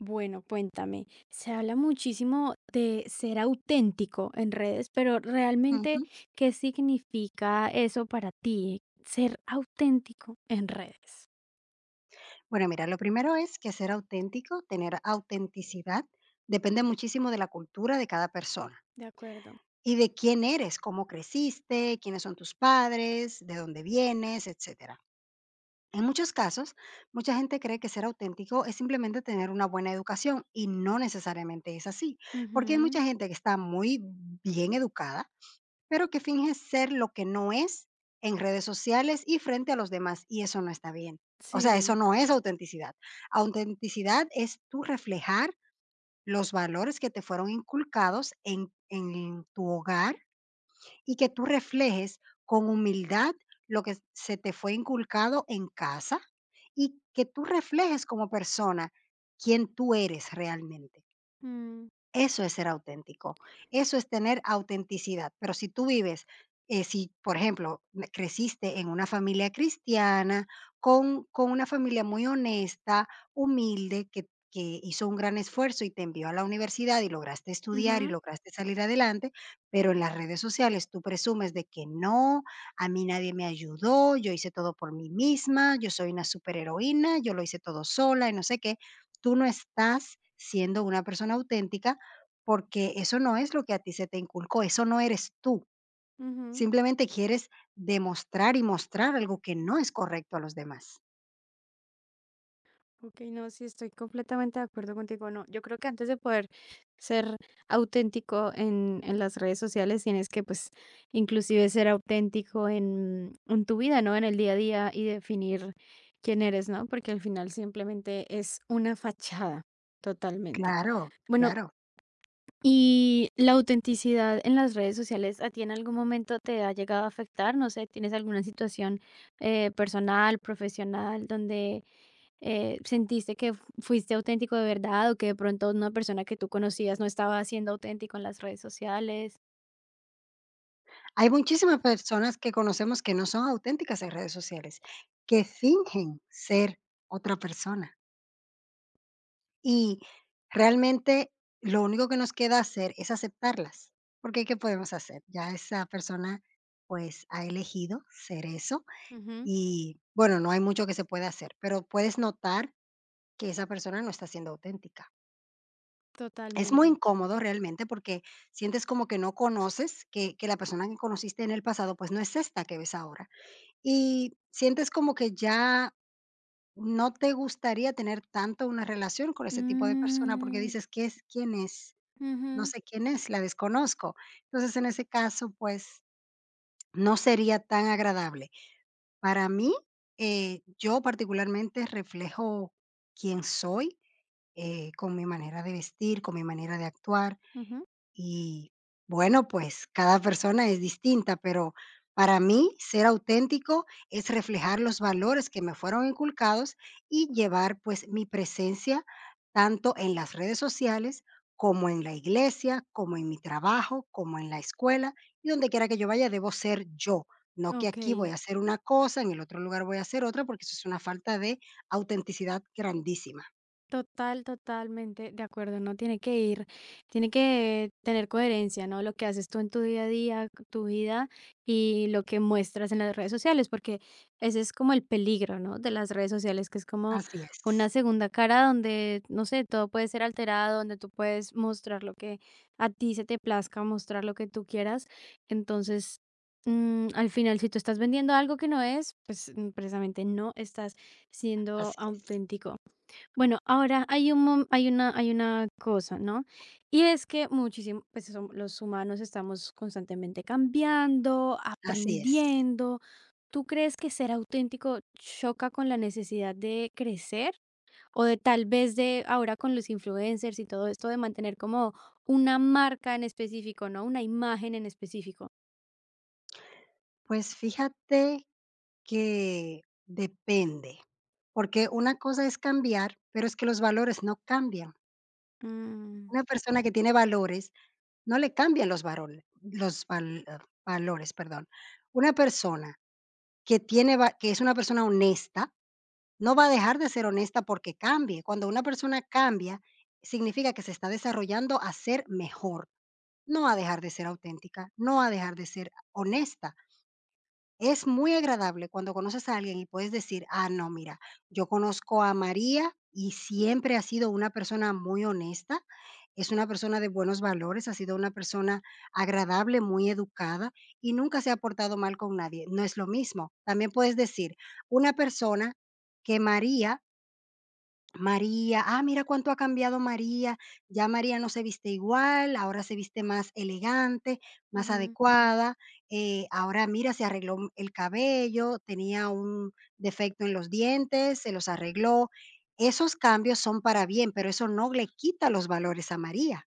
Bueno, cuéntame, se habla muchísimo de ser auténtico en redes, pero realmente, Ujú. ¿qué significa eso para ti? Ser auténtico en redes. Bueno, mira, lo primero es que ser auténtico, tener autenticidad, depende Mm. muchísimo de la cultura de cada persona De acuerdo. y de quién eres, cómo creciste, quiénes son tus padres, de dónde vienes, etcétera. En muchos casos, mucha gente cree que ser auténtico es simplemente tener una buena educación y no necesariamente es así, porque hay mucha Ujú. gente que está muy bien educada pero que finge ser lo que no es en redes sociales y frente a los demás, y eso no está bien. O sea, eso Sí. no es autenticidad. Autenticidad es tú reflejar los valores que te fueron inculcados en tu hogar y que tú reflejes con humildad lo que se te fue inculcado en casa y que tú reflejes como persona quién tú eres realmente. Mm, Eso es ser auténtico, eso es tener autenticidad. Pero si tú vives, si, por ejemplo, creciste en una familia cristiana, con una familia muy honesta, humilde, que hizo un gran esfuerzo y te envió a la universidad y lograste estudiar y ujú, lograste salir adelante, pero en las redes sociales tú presumes de que no, a mí nadie me ayudó, yo hice todo por mí misma, yo soy una superheroína, yo lo hice todo sola y no sé qué, tú no estás siendo una persona auténtica porque eso no es lo que a ti se te inculcó, eso no eres tú. ujú. Simplemente quieres demostrar y mostrar algo que no es correcto a los demás. Ok, no, sí, estoy completamente de acuerdo contigo. No, yo creo que antes de poder ser auténtico en las redes sociales, tienes que, pues, inclusive ser auténtico en tu vida, ¿no? En el día a día y definir quién eres, ¿no? Porque al final simplemente es una fachada, totalmente. Claro, Bueno, claro. y la autenticidad en las redes sociales, ¿a ti en algún momento te ha llegado a afectar? No sé, ¿tienes alguna situación personal, profesional, donde sentiste que fuiste auténtico de verdad o que de pronto una persona que tú conocías no estaba siendo auténtico en las redes sociales? Hay muchísimas personas que conocemos que no son auténticas en redes sociales, que fingen ser otra persona. Y realmente lo único que nos queda hacer es aceptarlas, porque ¿qué podemos hacer? Ya esa persona pues ha elegido ser eso Ujú, y bueno, no hay mucho que se pueda hacer, pero puedes notar que esa persona no está siendo auténtica. Es muy totalmente. incómodo realmente porque sientes como que no conoces, que la persona que conociste en el pasado, pues, no es esta que ves ahora. Y sientes como que ya no te gustaría tener tanto una relación con ese tipo de persona, porque Mm, dices: "¿Qué es? ¿Quién es? No ujú, sé quién es, la desconozco". Entonces, en ese caso, pues, no sería tan agradable. Para mí, yo particularmente reflejo quién soy, con mi manera de vestir, con mi manera de actuar. ujú. Y bueno, pues cada persona es distinta, pero para mí ser auténtico es reflejar los valores que me fueron inculcados y llevar pues mi presencia tanto en las redes sociales como en la iglesia, como en mi trabajo, como en la escuela y donde quiera que yo vaya debo ser yo. No que Ok. aquí voy a hacer una cosa, en el otro lugar voy a hacer otra, porque eso es una falta de autenticidad grandísima. Total, totalmente de acuerdo, ¿no? Tiene que ir, tiene que tener coherencia, ¿no? Lo que haces tú en tu día a día, tu vida y lo que muestras en las redes sociales, porque ese es como el peligro, ¿no? De las redes sociales, que es como Así una es. segunda cara donde, no sé, todo puede ser alterado, donde tú puedes mostrar lo que a ti se te plazca, mostrar lo que tú quieras. Entonces, al final, si tú estás vendiendo algo que no es, pues precisamente no estás siendo Así es, auténtico. Bueno, ahora hay un hay una cosa, ¿no? Y es que muchísimo, pues los humanos estamos constantemente cambiando, así es. aprendiendo. ¿Tú crees que ser auténtico choca con la necesidad de crecer o de tal vez de ahora con los influencers y todo esto de mantener como una marca en específico, ¿no? Una imagen en específico. Pues fíjate que depende, porque una cosa es cambiar, pero es que los valores no cambian. Mm, Una persona que tiene valores no le cambian los valores. Valores, perdón. Una persona que es una persona honesta no va a dejar de ser honesta porque cambie. Cuando una persona cambia, significa que se está desarrollando a ser mejor, no a dejar de ser auténtica, no a dejar de ser honesta. Es muy agradable cuando conoces a alguien y puedes decir, ah, no, mira, yo conozco a María y siempre ha sido una persona muy honesta, es una persona de buenos valores, ha sido una persona agradable, muy educada y nunca se ha portado mal con nadie. No es lo mismo. También puedes decir, una persona que María María, ah, mira cuánto ha cambiado María, ya María no se viste igual, ahora se viste más elegante, más ujú, adecuada, ahora mira, se arregló el cabello, tenía un defecto en los dientes, se los arregló. Esos cambios son para bien, pero eso no le quita los valores a María.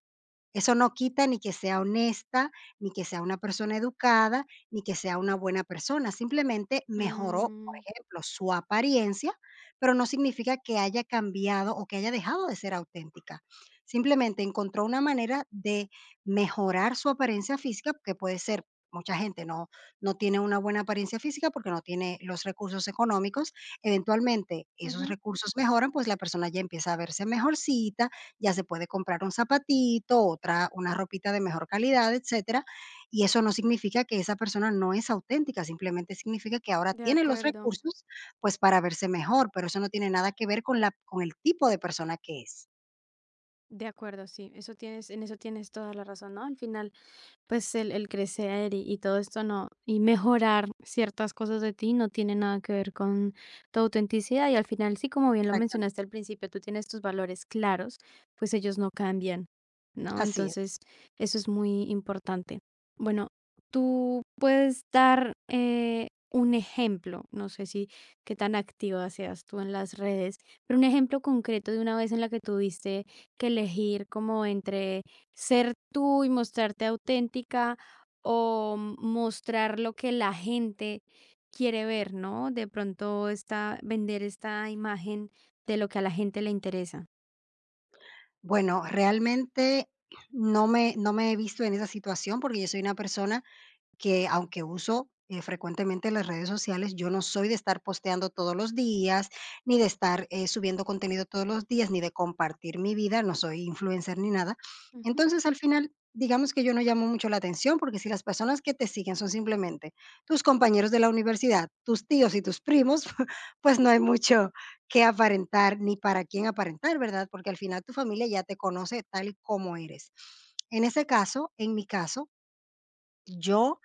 Eso no quita ni que sea honesta, ni que sea una persona educada, ni que sea una buena persona. Simplemente mejoró, por mm, ejemplo, su apariencia, pero no significa que haya cambiado o que haya dejado de ser auténtica. Simplemente encontró una manera de mejorar su apariencia física, que puede ser, mucha gente no, no tiene una buena apariencia física porque no tiene los recursos económicos. Eventualmente esos ujú. recursos mejoran, pues la persona ya empieza a verse mejorcita, ya se puede comprar un zapatito, otra una ropita de mejor calidad, etcétera, y eso no significa que esa persona no es auténtica, simplemente significa que ahora De tiene los acuerdo, recursos, pues, para verse mejor, pero eso no tiene nada que ver con la con el tipo de persona que es. de acuerdo, sí, eso tienes, en eso tienes toda la razón, ¿no? Al final pues el crecer y todo esto no, y mejorar ciertas cosas de ti no tiene nada que ver con tu autenticidad y al final sí, como bien lo Exactamente, mencionaste al principio, tú tienes tus valores claros, pues ellos no cambian, ¿no? así es. Entonces, eso es muy importante. Bueno, tú puedes dar un ejemplo, no sé si qué tan activa seas tú en las redes, pero un ejemplo concreto de una vez en la que tuviste que elegir como entre ser tú y mostrarte auténtica o mostrar lo que la gente quiere ver, ¿no? De pronto está vender esta imagen de lo que a la gente le interesa. Bueno, realmente no me he visto en esa situación porque yo soy una persona que aunque uso, frecuentemente las redes sociales, yo no soy de estar posteando todos los días, ni de estar, subiendo contenido todos los días, ni de compartir mi vida, no soy influencer ni nada. Ujú. Entonces, al final, digamos que yo no llamo mucho la atención, porque si las personas que te siguen son simplemente tus compañeros de la universidad, tus tíos y tus primos, pues no hay mucho que aparentar, ni para quién aparentar, ¿verdad? Porque al final tu familia ya te conoce tal y como eres. En ese caso, en mi caso, yo,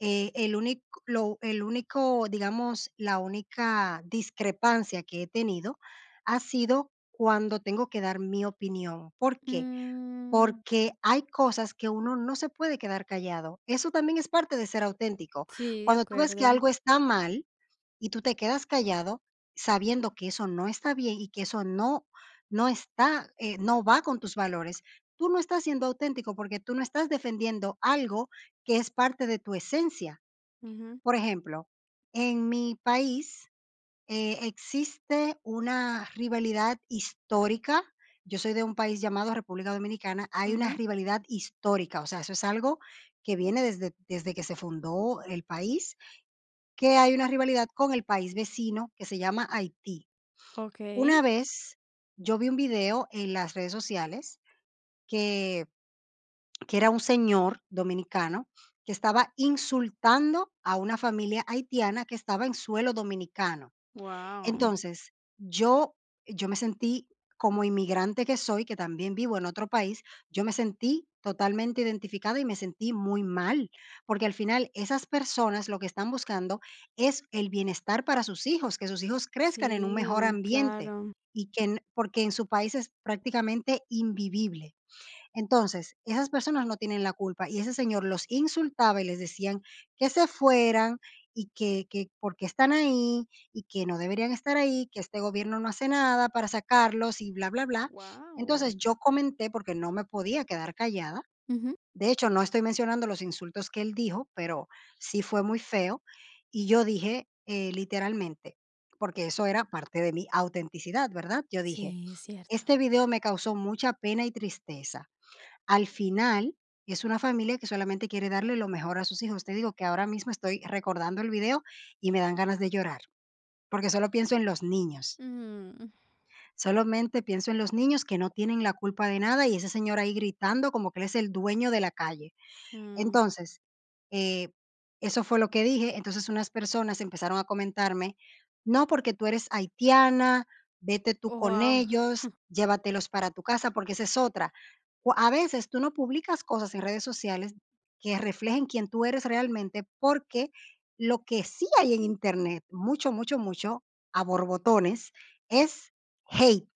el único, digamos, la única discrepancia que he tenido ha sido cuando tengo que dar mi opinión, ¿por qué? Mm, Porque hay cosas que uno no se puede quedar callado, eso también es parte de ser auténtico. sí, de Cuando tú ves que acuerdo. algo está mal y tú te quedas callado sabiendo que eso no está bien y que eso no no está, no va con tus valores. Tú no estás siendo auténtico porque tú no estás defendiendo algo que es parte de tu esencia. Ujú, Por ejemplo, en mi país, existe una rivalidad histórica. Yo soy de un país llamado República Dominicana. Hay una ujú. rivalidad histórica, o sea, eso es algo que viene desde, desde que se fundó el país que hay una rivalidad con el país vecino que se llama Haití. Ok, Una vez yo vi un video en las redes sociales que que era un señor dominicano que estaba insultando a una familia haitiana que estaba en suelo dominicano. wow. Entonces, yo yo me sentí, como inmigrante que soy, que también vivo en otro país, yo me sentí totalmente identificada y me sentí muy mal, porque al final esas personas lo que están buscando es el bienestar para sus hijos, que sus hijos crezcan en un mejor Sí, ambiente claro. y que en porque en su país es prácticamente invivible. Entonces, esas personas no tienen la culpa y ese señor los insultaba y les decían que se fueran que porque están ahí y que no deberían estar ahí, que este gobierno no hace nada para sacarlos y bla, bla, bla. Wow. Entonces yo comenté porque no me podía quedar callada. Ujú. De hecho, no estoy mencionando los insultos que él dijo, pero sí fue muy feo. Y yo dije literalmente, porque eso era parte de mi autenticidad, ¿verdad? Yo dije, Sí, es cierto. este video me causó mucha pena y tristeza. Al final, es una familia que solamente quiere darle lo mejor a sus hijos. Te digo que ahora mismo estoy recordando el video y me dan ganas de llorar, porque solo pienso en los niños. Mm. Solamente pienso en los niños que no tienen la culpa de nada y ese señor ahí gritando como que él es el dueño de la calle. Mm. Entonces, eh, eso fue lo que dije. Entonces, unas personas empezaron a comentarme: "No, porque tú eres haitiana, vete tú con Wow, ellos, llévatelos para tu casa", porque esa es otra. Cua A veces tú no publicas cosas en redes sociales que reflejen quién tú eres realmente, porque lo que sí hay en Internet, mucho, mucho, mucho, a borbotones, es hate.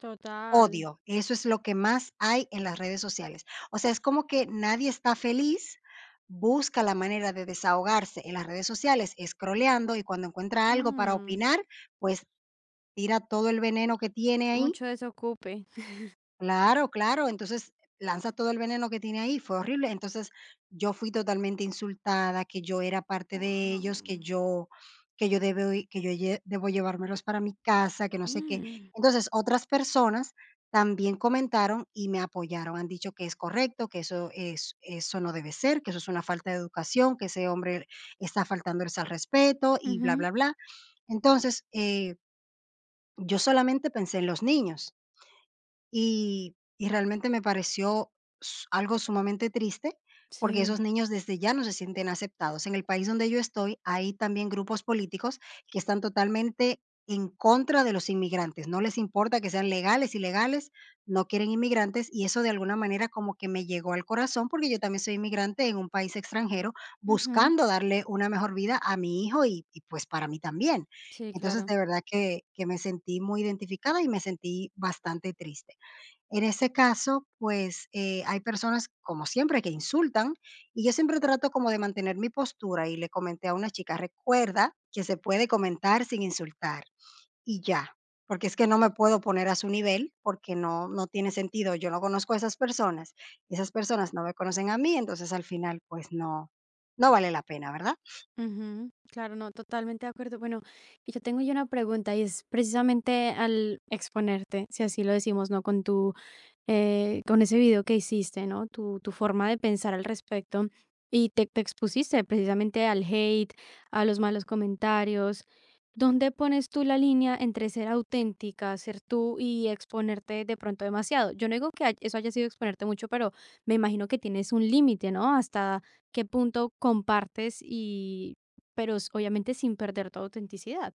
total. Odio, eso es lo que más hay en las redes sociales. O sea, es como que nadie está feliz, busca la manera de desahogarse en las redes sociales, scrolleando, y cuando encuentra algo para Mm. opinar, pues tira todo el veneno que tiene ahí. Mucho desocupe. Claro, claro. Entonces, lanza todo el veneno que tiene ahí, fue horrible. Entonces, yo fui totalmente insultada, que yo era parte de ellos, Wow. Que yo debo y que yo lle debo llevármelos para mi casa, que no sé qué. Mm. Entonces, otras personas también comentaron y me apoyaron, han dicho que es correcto, que eso es eso no debe ser, que eso es una falta de educación, que ese hombre está faltándoles al respeto y bla, Ujú. bla, bla. Entonces, yo solamente pensé en los niños. Y realmente me pareció s algo sumamente triste, porque Sí. esos niños desde ya no se sienten aceptados. En el país donde yo estoy, hay también grupos políticos que están totalmente en contra de los inmigrantes, no les importa que sean legales, ilegales, no quieren inmigrantes, y eso de alguna manera como que me llegó al corazón, porque yo también soy inmigrante en un país extranjero, Ujú. buscando darle una mejor vida a mi hijo y, pues, para mí también. Sí, Entonces, claro. de verdad que me sentí muy identificada y me sentí bastante triste. En ese caso, pues, hay personas, como siempre, que insultan, y yo siempre trato como de mantener mi postura, y le comenté a una chica: "Recuerda que se puede comentar sin insultar, y ya, porque es que no me puedo poner a su nivel, porque no tiene sentido, yo no conozco a esas personas no me conocen a mí, entonces al final, pues no vale la pena", ¿verdad? Ujú, claro, no, totalmente de acuerdo. Bueno, y yo tengo yo una pregunta y es precisamente al exponerte, si así lo decimos, ¿no? Con tu con ese video que hiciste, ¿no? Tu forma de pensar al respecto y te expusiste precisamente al hate, a los malos comentarios. ¿Dónde pones tú la línea entre ser auténtica, ser tú y exponerte de pronto demasiado? Yo no digo que eso haya sido exponerte mucho, pero me imagino que tienes un límite, ¿no? Hasta qué punto compartes y, pero obviamente sin perder tu autenticidad.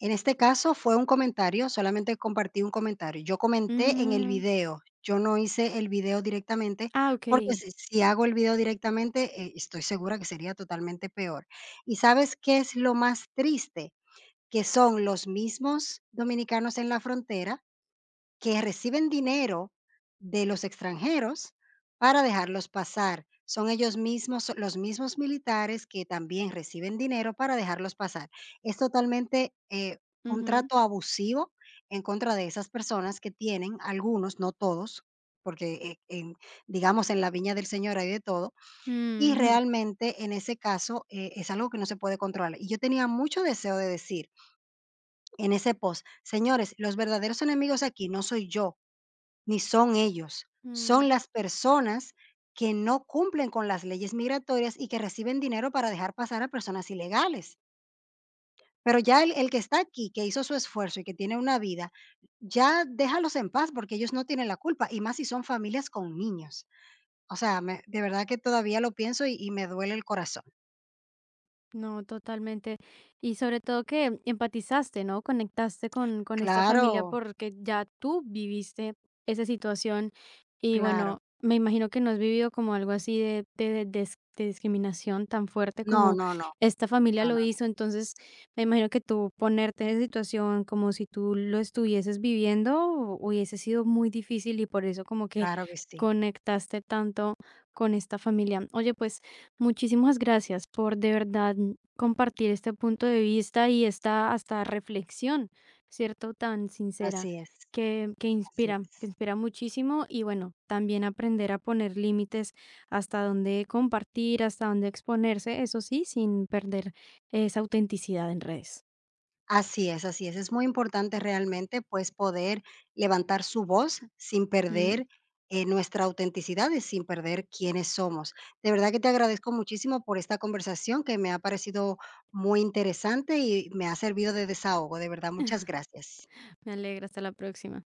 En este caso fue un comentario, solamente compartí un comentario. Yo comenté en el Mm, video, yo no hice el video directamente, ah, porque ok. Si hago el video directamente, estoy segura que sería totalmente peor. ¿Y sabes qué es lo más triste? Que son los mismos dominicanos en la frontera que reciben dinero de los extranjeros para dejarlos pasar. Son ellos mismos, los mismos militares que también reciben dinero para dejarlos pasar. Es totalmente un Ujú. trato abusivo en contra de esas personas que tienen, algunos, no todos, porque digamos en la viña del Señor hay de todo, y Mm, realmente en ese caso es algo que no se puede controlar. Y yo tenía mucho deseo de decir en ese post, señores, los verdaderos enemigos aquí no soy yo, ni son ellos, son mm. las personas que no cumplen con las leyes migratorias y que reciben dinero para dejar pasar a personas ilegales. Pero ya el que está aquí, que hizo su esfuerzo y que tiene una vida, ya déjalos en paz porque ellos no tienen la culpa, y más si son familias con niños. O sea, de verdad que todavía lo pienso y me duele el corazón. No, totalmente. Y sobre todo que empatizaste, ¿no? Conectaste con esta familia Claro, porque ya tú viviste esa situación y claro. bueno, me imagino que no has vivido como algo así de discriminación tan fuerte No, como no, no, esta familia no, no, lo no, hizo. Entonces, me imagino que tú ponerte en esa situación como si tú lo estuvieses viviendo hubiese sido muy difícil y por eso como que claro que sí. conectaste tanto con esta familia. Oye, pues... Muchísimas gracias por de verdad compartir este punto de vista y esta hasta reflexión, ¿cierto? Tan sincera Así es, así es. que inspira muchísimo y bueno, también aprender a poner límites hasta dónde compartir, hasta dónde exponerse, eso sí, sin perder esa autenticidad en redes. Así es, así es. Es muy importante realmente, pues, poder levantar su voz sin Mm, perder, nuestra autenticidad y sin perder quiénes somos. De verdad que te agradezco muchísimo por esta conversación que me ha parecido muy interesante y me ha servido de desahogo. De verdad, muchas gracias. me alegra, hasta la próxima.